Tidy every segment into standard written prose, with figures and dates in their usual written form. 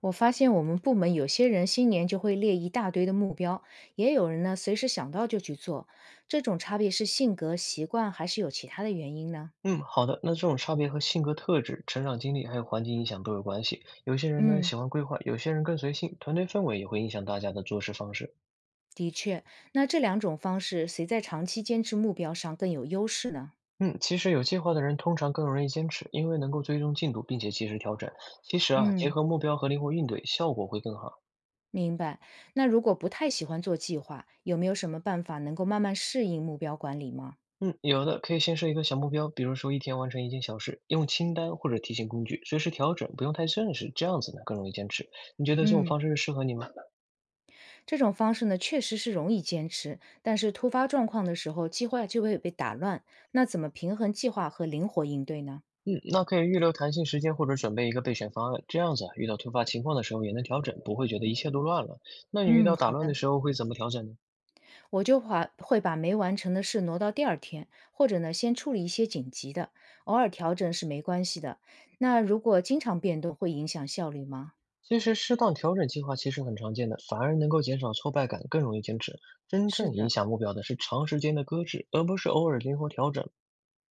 我发现我们部门有些人新年就会列一大堆的目标，也有人呢随时想到就去做。这种差别是性格、习惯，还是有其他的原因呢？嗯，好的。那这种差别和性格特质、成长经历还有环境影响都有关系。有些人呢嗯，喜欢规划，有些人更随性，团队氛围也会影响大家的做事方式。的确。那这两种方式，谁在长期坚持目标上更有优势呢？嗯，其实有计划的人通常更容易坚持，因为能够追踪进度并且及时调整。其实啊，结嗯，合目标和灵活应对，效果会更好。明白。那如果不太喜欢做计划，有没有什么办法能够慢慢适应目标管理吗？嗯，有的可以先设一个小目标，比如说一天完成一件小事，用清单或者提醒工具随时调整，不用太正式，这样子呢更容易坚持。你觉得这种嗯。方式适合你吗？这种方式呢，确实是容易坚持，但是突发状况的时候，计划就会被打乱。那怎么平衡计划和灵活应对呢？嗯，那可以预留弹性时间或者准备一个备选方案，这样子啊，遇到突发情况的时候也能调整，不会觉得一切都乱了。那你遇嗯，到打好乱的，的时候会怎么调整呢？我会把没完成的事挪到第二天，或者呢，先处理一些紧急的，偶尔调整是没关系的。那如果经常变动，会影响效率吗？其实适当调整计划其实很常见的，反而能够减少挫败感，更容易坚持。真是正影的，响目标的是长时间的搁置，而不是偶尔灵活调整。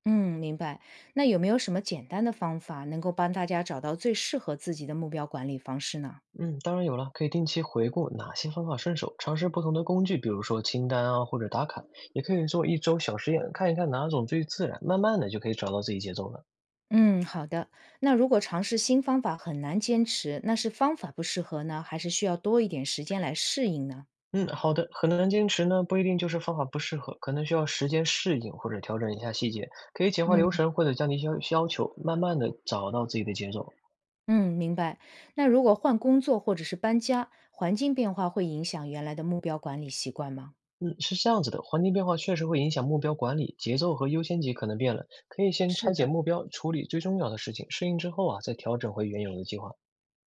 嗯，明白。那有没有什么简单的方法能够帮大家找到最适合自己的目标管理方式呢？嗯，当然有了，可以定期回顾哪些方法顺手，尝试不同的工具，比如说清单啊或者打卡，也可以做一周小实验，看一看哪种最自然，慢慢的就可以找到自己节奏了。嗯，好的。那如果尝试新方法很难坚持，那是方法不适合呢，还是需要多一点时间来适应呢？嗯，好的，很难坚持呢，不一定就是方法不适合，可能需要时间适应或者调整一下细节，可以简化嗯，流程或者降低要求，慢慢的找到自己的节奏。嗯，明白。那如果换工作或者是搬家，环境变化会影响原来的目标管理习惯吗？嗯，是这样子的，环境变化确实会影响目标管理，节奏和优先级可能变了，可以先是拆解的。目标，处理最重要的事情，适应之后啊，再调整回原有的计划。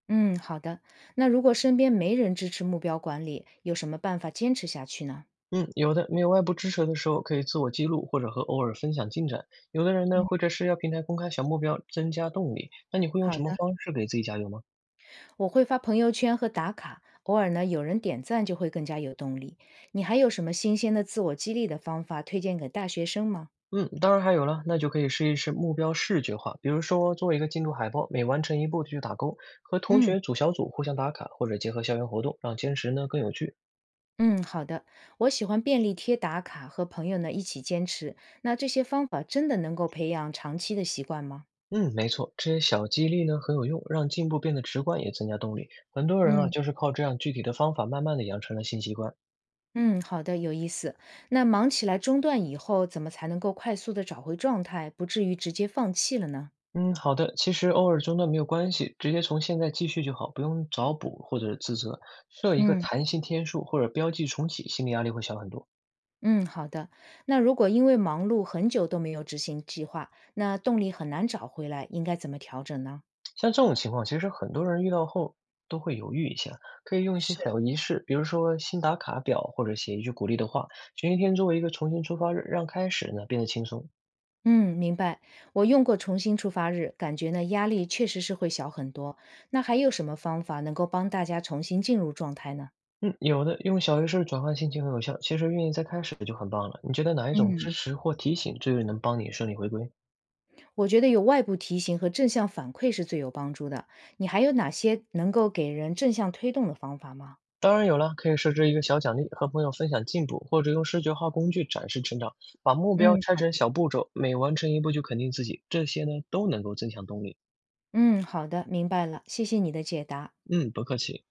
嗯，好的。那如果身边没人支持目标管理，有什么办法坚持下去呢？嗯，有的没有外部支持的时候，可以自我记录或者和偶尔分享进展。有的人嗯，呢会在社交平台公开小目标，增加动力。那你会用好什么的。方式给自己加油吗？我会发朋友圈和打卡，偶尔呢有人点赞就会更加有动力。你还有什么新鲜的自我激励的方法推荐给大学生吗？嗯，当然还有了，那就可以试一试目标视觉化，比如说做一个进度海报，每完成一步就去打勾，和同嗯学组小组互相打卡，或者结合校园活动，让坚持呢更有趣。嗯，好的。我喜欢便利贴打卡，和朋友呢一起坚持。那这些方法真的能够培养长期的习惯吗？嗯，没错，这些小激励呢很有用，让进步变得直观，也增加动力。很多人啊嗯就是靠这样具体的方法，慢慢的养成了新习惯。嗯，好的，有意思。那忙起来中断以后，怎么才能够快速的找回状态，不至于直接放弃了呢？嗯，好的，其实偶尔中断没有关系，直接从现在继续就好，不用找补或者自责。设一个嗯弹性天数或者标记重启，心理压力会小很多。嗯，好的。那如果因为忙碌很久都没有执行计划，那动力很难找回来，应该怎么调整呢？像这种情况，其实很多人遇到后都会犹豫一下，可以用一些是。小仪式，比如说新打卡表，或者写一句鼓励的话，选一天作为一个重新出发日，让开始呢变得轻松。嗯，明白。我用过重新出发日，感觉呢压力确实是会小很多。那还有什么方法能够帮大家重新进入状态呢？嗯，有的用小仪式转换心情很有效，其实愿意再开始就很棒了。你觉得哪一种嗯，支持或提醒最能帮你顺利回归？我觉得有外部提醒和正向反馈是最有帮助的。你还有哪些能够给人正向推动的方法吗？当然有了，可以设置一个小奖励，和朋友分享进步，或者用视觉化工具展示成长，把目嗯，标拆好的，成小步骤，每完成一步就肯定自己，这些呢都能够增强动力。嗯，好的，明白了，谢谢你的解答。嗯，不客气。